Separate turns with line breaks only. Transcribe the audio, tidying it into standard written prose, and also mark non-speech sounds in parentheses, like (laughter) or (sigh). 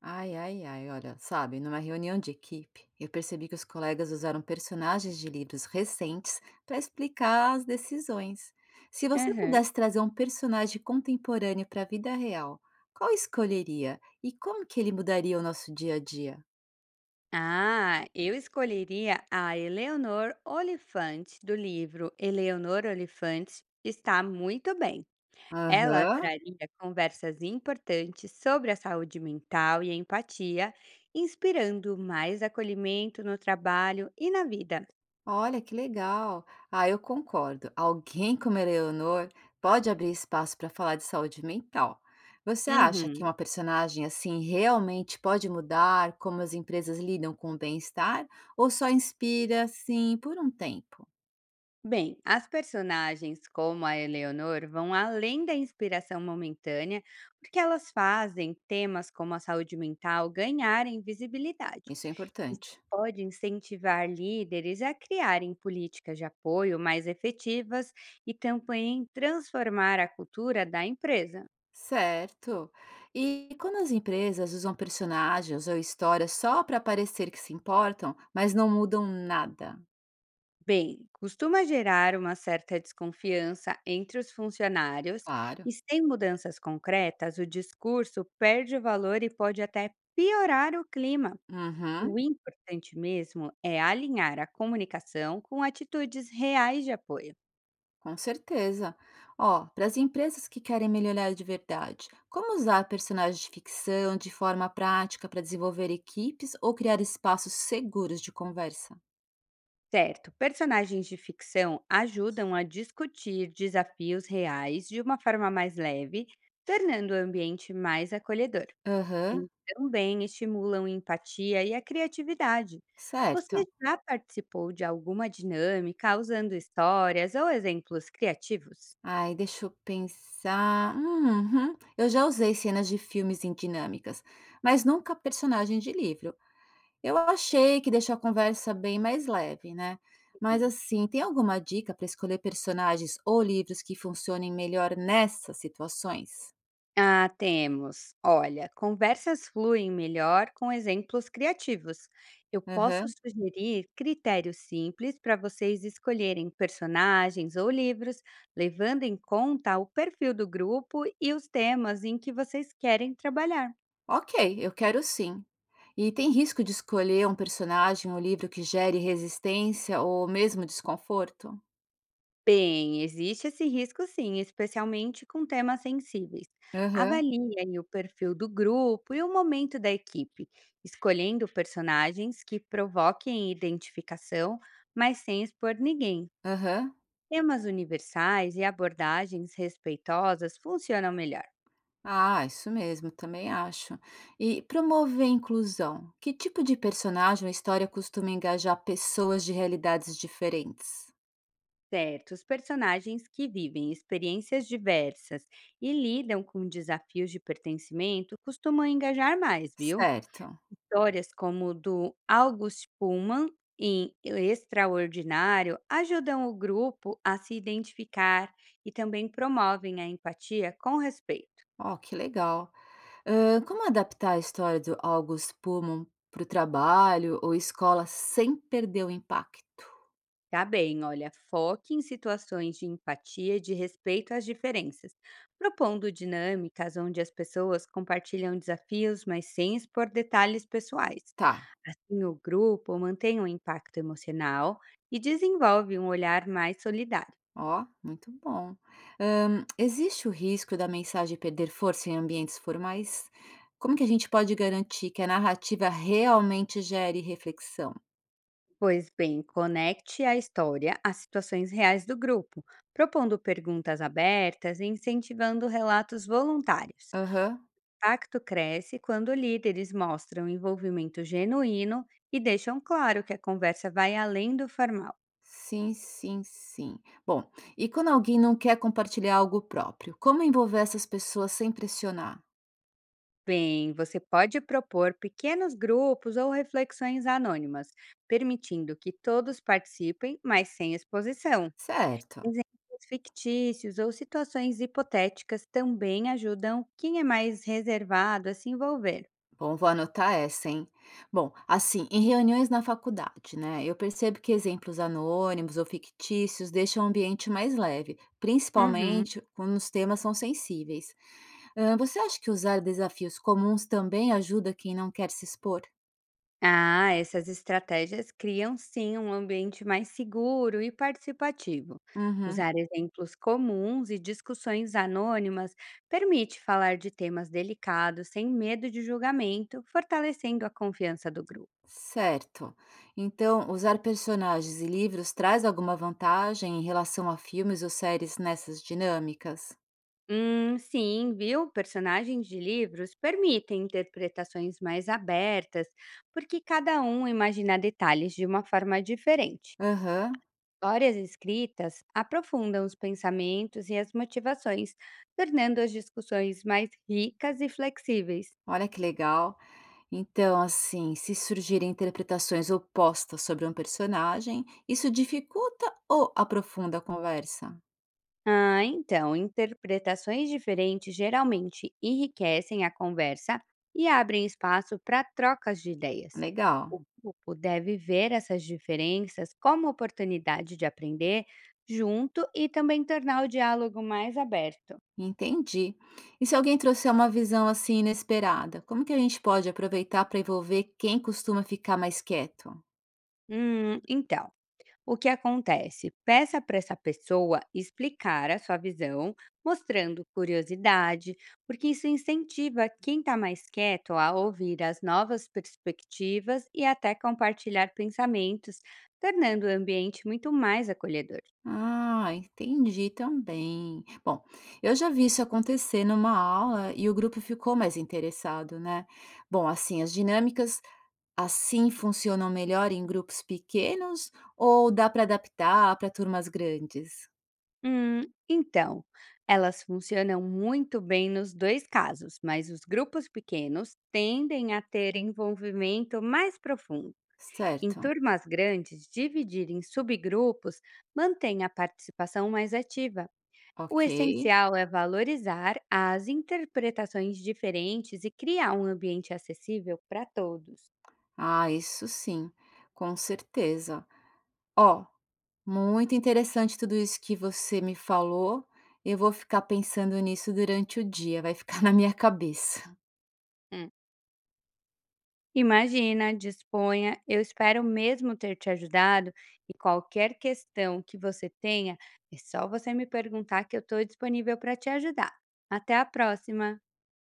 Ai, ai, ai, olha, sabe, numa reunião de equipe, eu percebi que os colegas usaram personagens de livros recentes para explicar as decisões. Se você
Aham.
pudesse trazer um personagem contemporâneo para a vida real, qual escolheria e como que ele mudaria o nosso dia a dia?
Ah, eu escolheria a Eleanor Oliphant, do livro Eleanor Oliphant Está Muito Bem. Ela
Aham.
traria conversas importantes sobre a saúde mental e a empatia, inspirando mais acolhimento no trabalho e na vida.
Olha, que legal. Ah, eu concordo. Alguém como Eleanor pode abrir espaço para falar de saúde mental. Você acha que
Uhum.
uma personagem assim realmente pode mudar como as empresas lidam com o bem-estar ou só inspira assim por um tempo?
Bem, as personagens como a Eleonor vão além da inspiração momentânea, porque elas fazem temas como a saúde mental ganharem visibilidade.
Isso é
Isso
importante.
pode incentivar líderes a criarem políticas de apoio mais efetivas e também transformar a cultura da empresa.
Certo. E quando as empresas usam personagens ou histórias só para parecer que se importam, mas não mudam nada?
Bem, costuma gerar uma certa desconfiança entre os funcionários e,
Claro.
sem mudanças concretas, o discurso perde o valor e pode até piorar o clima. O
Uhum.
importante mesmo é alinhar a comunicação com atitudes reais de apoio.
Com certeza. Ó, para as empresas que querem melhorar de verdade, como usar personagens de ficção de forma prática para desenvolver equipes ou criar espaços seguros de conversa?
Certo, personagens de ficção ajudam a discutir desafios reais de uma forma mais leve, tornando o ambiente mais acolhedor.
Aham,
Eles também estimulam empatia e a criatividade. Você
certo.
já participou de alguma dinâmica usando histórias ou exemplos criativos?
Ai, deixa eu pensar. Uhum. Eu já usei cenas de filmes em dinâmicas, mas nunca personagem de livro. Eu achei que deixou a conversa bem mais leve, né. Mas,
Sim.
assim, tem alguma dica para escolher personagens ou livros que funcionem melhor nessas situações?
Ah, temos. Olha, conversas fluem melhor com exemplos criativos. Eu posso
Aham.
sugerir critérios simples para vocês escolherem personagens ou livros, levando em conta o perfil do grupo e os temas em que vocês querem trabalhar.
Ok, eu quero sim. E tem risco de escolher um personagem ou livro que gere resistência ou mesmo desconforto?
Bem, existe esse risco sim, especialmente com temas sensíveis.
Aham,
Avalie aí o perfil do grupo e o momento da equipe, escolhendo personagens que provoquem identificação, mas sem expor ninguém.
aham.
Temas universais e abordagens respeitosas funcionam melhor.
Ah, isso mesmo, também acho. E promover a inclusão, que tipo de personagem ou história costuma engajar pessoas de realidades diferentes?
Certos personagens que vivem experiências diversas e lidam com desafios de pertencimento costumam engajar mais, viu?
Certo.
Histórias como do August Pullman em Extraordinário ajudam o grupo a se identificar e também promovem a empatia com respeito.
Ó, que legal. Hã, como adaptar a história do August Pullman para o trabalho ou escola sem perder o impacto?
Tá bem, olha, foque em situações de empatia e de respeito às diferenças, propondo dinâmicas onde as pessoas compartilham desafios, mas sem expor detalhes pessoais.
Tá,
Assim, o grupo mantém um impacto emocional e desenvolve um olhar mais solidário.
ó, muito bom. Hã, existe o risco da mensagem perder força em ambientes formais? Como que a gente pode garantir que a narrativa realmente gere reflexão?
Pois bem, conecte a história às situações reais do grupo, propondo perguntas abertas e incentivando relatos voluntários.
Aham.
O pacto cresce quando líderes mostram envolvimento genuíno e deixam claro que a conversa vai além do formal.
Sim, sim, sim. Bom, e quando alguém não quer compartilhar algo próprio, como envolver essas pessoas sem pressionar?
Bem, você pode propor pequenos grupos ou reflexões anônimas, permitindo que todos participem, mas sem exposição.
Certo.
Exemplos fictícios ou situações hipotéticas também ajudam quem é mais reservado a se envolver.
Bom, vou anotar essa, hein? Bom, assim, em reuniões na faculdade, né? Eu percebo que exemplos anônimos ou fictícios deixam o ambiente mais leve,
Uhum.
principalmente quando os temas são sensíveis. Ah, você acha que usar desafios comuns também ajuda quem não quer se expor?
Ah, essas estratégias criam sim um ambiente mais seguro e participativo.
Uhum,
Usar exemplos comuns e discussões anônimas permite falar de temas delicados sem medo de julgamento, fortalecendo a confiança do grupo.
certo. Então, usar personagens e livros traz alguma vantagem em relação a filmes ou séries nessas dinâmicas?
Sim, viu? Personagens de livros permitem interpretações mais abertas, porque cada um imagina detalhes de uma forma diferente.
Aham,
Histórias escritas aprofundam os pensamentos e as motivações, tornando as discussões mais ricas e flexíveis.
olha que legal. Então, assim, se surgirem interpretações opostas sobre um personagem, isso dificulta ou aprofunda a conversa?
Ah, então, interpretações diferentes geralmente enriquecem a conversa e abrem espaço para trocas de ideias.
Legal,
O grupo deve ver essas diferenças como oportunidade de aprender junto e também tornar o diálogo mais aberto.
entendi. E se alguém trouxer uma visão assim inesperada, como que a gente pode aproveitar para envolver quem costuma ficar mais quieto?
Então. O que acontece? Peça para essa pessoa explicar a sua visão, mostrando curiosidade, porque isso incentiva quem está mais quieto a ouvir as novas perspectivas e até compartilhar pensamentos, tornando o ambiente muito mais acolhedor.
Ah, entendi também. Bom, eu já vi isso acontecer numa aula e o grupo ficou mais interessado, né? Bom, assim, as dinâmicas assim funcionam melhor em grupos pequenos ou dá para adaptar para turmas grandes?
Hum, então, Elas funcionam muito bem nos dois casos, mas os grupos pequenos tendem a ter envolvimento mais profundo. Em
Certo,
turmas grandes, dividir em subgrupos mantém a participação mais ativa. O
ok.
essencial é valorizar as interpretações diferentes e criar um ambiente acessível para todos.
Ah, isso sim, com certeza. Ó, muito interessante tudo isso que você me falou. Eu vou ficar pensando nisso durante o dia, vai ficar (laughs) na minha cabeça.
Hum, Imagina, disponha, eu espero mesmo ter te ajudado e qualquer questão que você tenha, é só você me perguntar que eu estou disponível para te ajudar. Até a próxima!